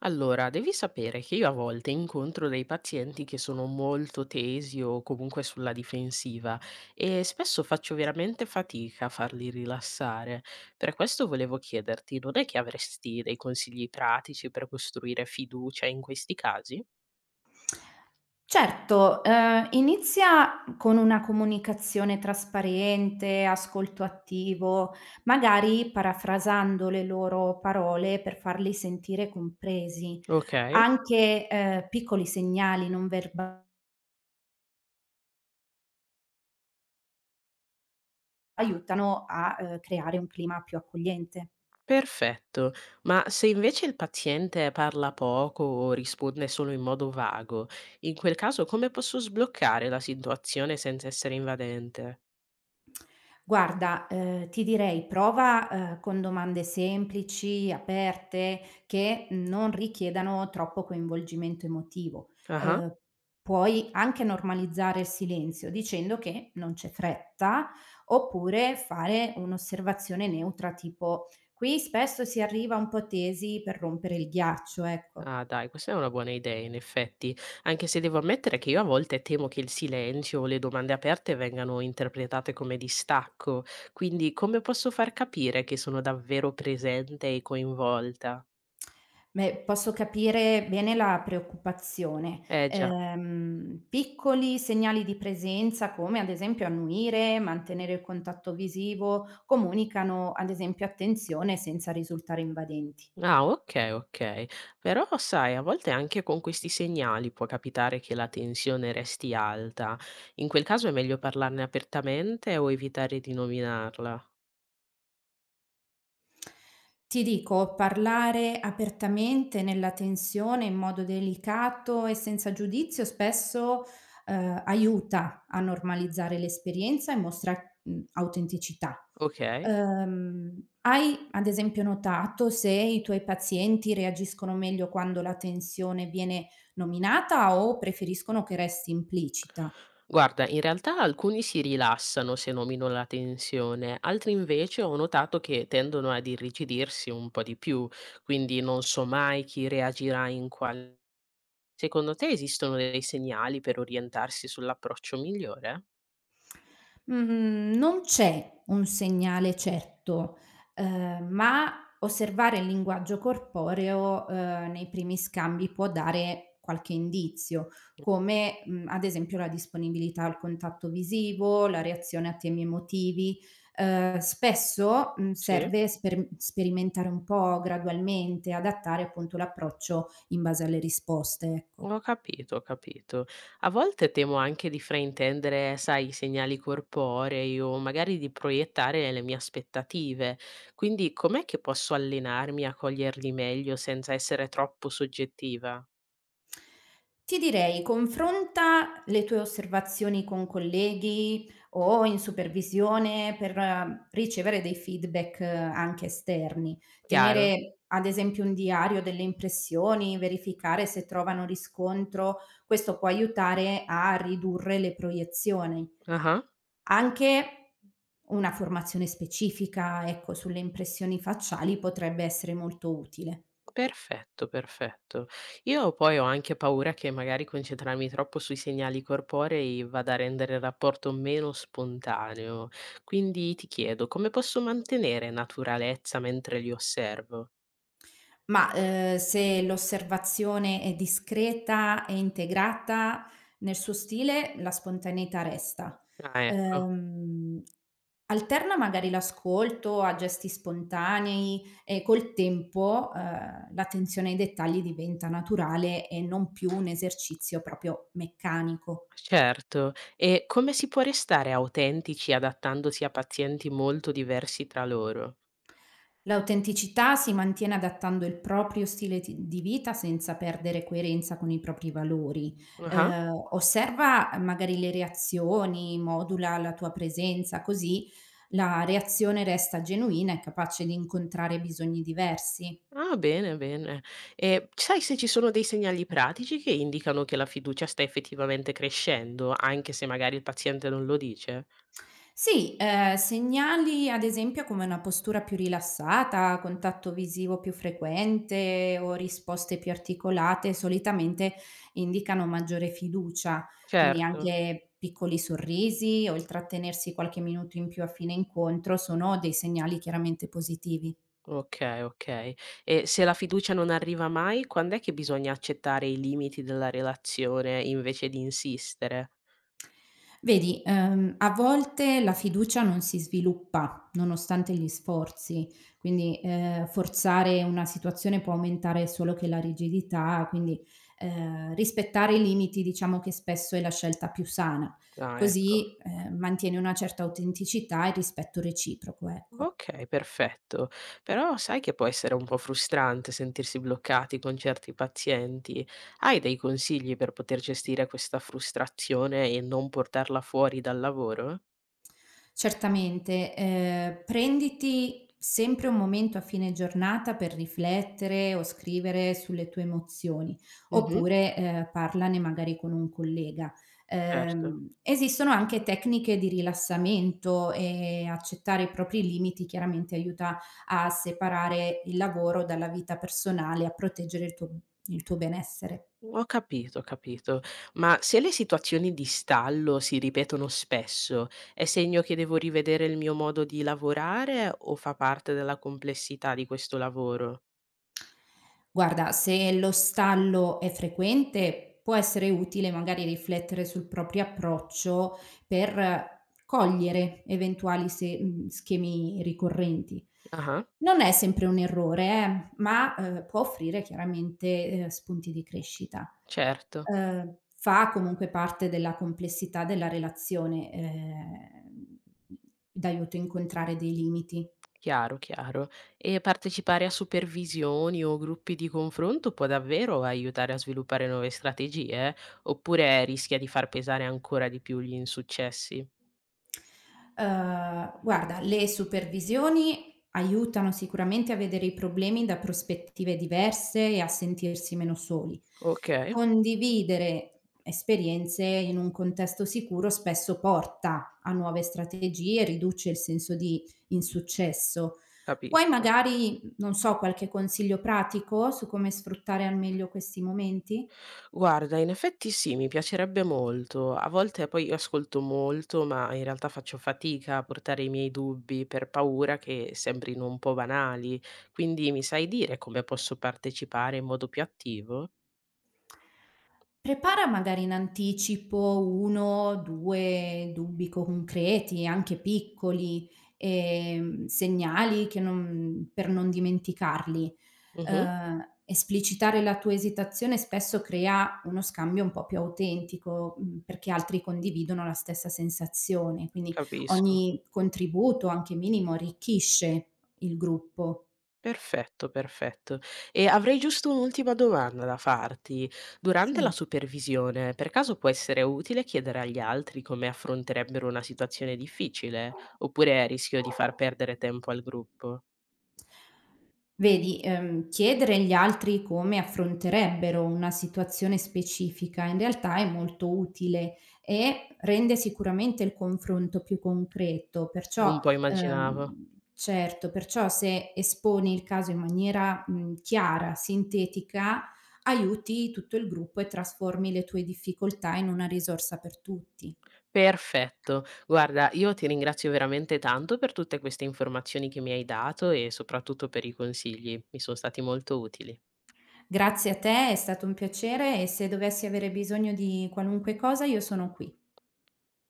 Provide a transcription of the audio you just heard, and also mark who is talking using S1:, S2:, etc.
S1: Allora, devi sapere che io a volte incontro dei pazienti che sono molto tesi o comunque sulla difensiva e spesso faccio veramente fatica a farli rilassare. Per questo volevo chiederti, non è che avresti dei consigli pratici per costruire fiducia in questi casi?
S2: Certo, inizia con una comunicazione trasparente, ascolto attivo, magari parafrasando le loro parole per farli sentire compresi.
S1: Ok,
S2: Anche, piccoli segnali non verba aiutano a creare un clima più accogliente.
S1: perfetto. Ma se invece il paziente parla poco o risponde solo in modo vago, in quel caso come posso sbloccare la situazione senza essere invadente?
S2: Guarda, ti direi prova, con domande semplici, aperte, che non richiedano troppo coinvolgimento emotivo.
S1: Ah.
S2: Ehm, Puoi anche normalizzare il silenzio dicendo che non c'è fretta, oppure fare un'osservazione neutra tipo: "Qui spesso si arriva un po' tesi per rompere il ghiaccio", ecco.
S1: Ah dai, questa è una buona idea in effetti, anche se devo ammettere che io a volte temo che il silenzio o le domande aperte vengano interpretate come distacco, quindi come posso far capire che sono davvero presente e coinvolta?
S2: Beh, posso capire bene la preoccupazione.
S1: Eh già.
S2: Piccoli segnali di presenza, come ad esempio annuire, mantenere il contatto visivo, comunicano ad esempio attenzione senza risultare invadenti.
S1: Ah ok, ok. Però sai, a volte anche con questi segnali può capitare che la tensione resti alta. In quel caso è meglio parlarne apertamente o evitare di nominarla.
S2: Ti dico, parlare apertamente nella tensione in modo delicato e senza giudizio spesso, aiuta a normalizzare l'esperienza e mostra, autenticità.
S1: Ok?
S2: Hai ad esempio notato se i tuoi pazienti reagiscono meglio quando la tensione viene nominata o preferiscono che resti implicita?
S1: Guarda, in realtà alcuni si rilassano se nomino la tensione, altri invece ho notato che tendono ad irrigidirsi un po' di più, quindi non so mai chi reagirà in quale... Secondo te esistono dei segnali per orientarsi sull'approccio migliore?
S2: Mhmm, Non c'è un segnale certo, ma osservare il linguaggio corporeo, nei primi scambi può dare qualche indizio, come, ad esempio la disponibilità al contatto visivo, la reazione a temi emotivi. Spesso,
S1: Sì?
S2: serve sperimentare un po' gradualmente, adattare appunto l'approccio in base alle risposte, ecco.
S1: Ho capito, ho capito. A volte temo anche di fraintendere, sai, i segnali corporei o magari di proiettare le mie aspettative. Quindi com'è che posso allenarmi a coglierli meglio senza essere troppo soggettiva?
S2: Ti direi, confronta le tue osservazioni con colleghi o in supervisione per ricevere dei feedback anche esterni.
S1: Chiaro?
S2: Tenere ad esempio un diario delle impressioni, verificare se trovano riscontro, questo può aiutare a ridurre le proiezioni.
S1: Ah,
S2: Anche una formazione specifica, ecco, sulle impressioni facciali potrebbe essere molto utile.
S1: perfetto, perfetto. Io poi ho anche paura che magari concentrarmi troppo sui segnali corporei vada a rendere il rapporto meno spontaneo. Quindi ti chiedo, come posso mantenere naturalezza mentre li osservo?
S2: Ma, se l'osservazione è discreta e integrata nel suo stile, la spontaneità resta.
S1: Ah ecco,
S2: Ehm, Alterna magari l'ascolto a gesti spontanei e col tempo, l'attenzione ai dettagli diventa naturale e non più un esercizio proprio meccanico.
S1: certo. E come si può restare autentici adattandosi a pazienti molto diversi tra loro?
S2: L'autenticità si mantiene adattando il proprio stile ti di vita senza perdere coerenza con i propri valori.
S1: Ah-ah.
S2: Osserva magari le reazioni, modula la tua presenza, così la reazione resta genuina e capace di incontrare bisogni diversi.
S1: Ah bene, bene. E sai se ci sono dei segnali pratici che indicano che la fiducia sta effettivamente crescendo, anche se magari il paziente non lo dice?
S2: Sì, segnali ad esempio come una postura più rilassata, contatto visivo più frequente o risposte più articolate solitamente indicano maggiore fiducia, quindi
S1: Certo.
S2: anche piccoli sorrisi o il trattenersi qualche minuto in più a fine incontro sono dei segnali chiaramente positivi.
S1: Okay, okay. E se la fiducia non arriva mai, quand'è che bisogna accettare i limiti della relazione invece di insistere?
S2: Vedi, a volte la fiducia non si sviluppa nonostante gli sforzi, quindi, forzare una situazione può aumentare solo che la rigidità, quindi, rispettare i limiti diciamo che spesso è la scelta più sana,
S1: Ah ecco.
S2: così, mantieni una certa autenticità e rispetto reciproco, ecco.
S1: Okay, perfetto. Però sai che può essere un po' frustrante sentirsi bloccati con certi pazienti. Hai dei consigli per poter gestire questa frustrazione e non portarla fuori dal lavoro?
S2: Certamente, prenditi sempre un momento a fine giornata per riflettere o scrivere sulle tue emozioni,
S1: Mh-mh,
S2: oppure, parlane magari con un collega.
S1: certo.
S2: Esistono anche tecniche di rilassamento e accettare i propri limiti chiaramente aiuta a separare il lavoro dalla vita personale, a proteggere il tuo benessere.
S1: Ho capito, ho capito. Ma se le situazioni di stallo si ripetono spesso, è segno che devo rivedere il mio modo di lavorare o fa parte della complessità di questo lavoro?
S2: Guarda, se lo stallo è frequente, può essere utile magari riflettere sul proprio approccio per cogliere eventuali schemi ricorrenti.
S1: Ah-ah,
S2: Non è sempre un errore, ma, può offrire chiaramente, spunti di crescita.
S1: certo.
S2: Fa comunque parte della complessità della relazione, d'aiuto a incontrare dei limiti.
S1: Chiaro, chiaro. E partecipare a supervisioni o gruppi di confronto può davvero aiutare a sviluppare nuove strategie, oppure rischia di far pesare ancora di più gli insuccessi?
S2: Guarda, le supervisioni aiutano sicuramente a vedere i problemi da prospettive diverse e a sentirsi meno soli.
S1: Ok,
S2: Condividere esperienze in un contesto sicuro spesso porta a nuove strategie e riduce il senso di insuccesso. Vuoi
S1: capisco.
S2: magari, non so, qualche consiglio pratico su come sfruttare al meglio questi momenti?
S1: Guarda, in effetti sì, mi piacerebbe molto. A volte poi io ascolto molto, ma in realtà faccio fatica a portare i miei dubbi per paura che sembrino un po' banali. Quindi mi sai dire come posso partecipare in modo più attivo?
S2: Prepara magari in anticipo 1, 2 dubbi concreti, anche piccoli, segnali che non per non dimenticarli.
S1: Mhm,
S2: Esplicitare la tua esitazione spesso crea uno scambio un po' più autentico, perché altri condividono la stessa sensazione, quindi
S1: capisco.
S2: ogni contributo, anche minimo, arricchisce il gruppo.
S1: Perfetto, perfetto. E avrei giusto un'ultima domanda da farti. Durante la
S2: Sì.
S1: supervisione, per caso può essere utile chiedere agli altri come affronterebbero una situazione difficile? Oppure rischio di far perdere tempo al gruppo?
S2: Vedi, chiedere agli altri come affronterebbero una situazione specifica in realtà è molto utile e rende sicuramente il confronto più concreto, perciò
S1: Un po' immaginavo.
S2: ehm, certo, perciò se esponi il caso in maniera chiara, sintetica, aiuti tutto il gruppo e trasformi le tue difficoltà in una risorsa per tutti.
S1: Perfetto. Guarda, io ti ringrazio veramente tanto per tutte queste informazioni che mi hai dato e soprattutto per i consigli. Mi sono stati molto utili.
S2: Grazie a te, è stato un piacere e se dovessi avere bisogno di qualunque cosa io sono qui.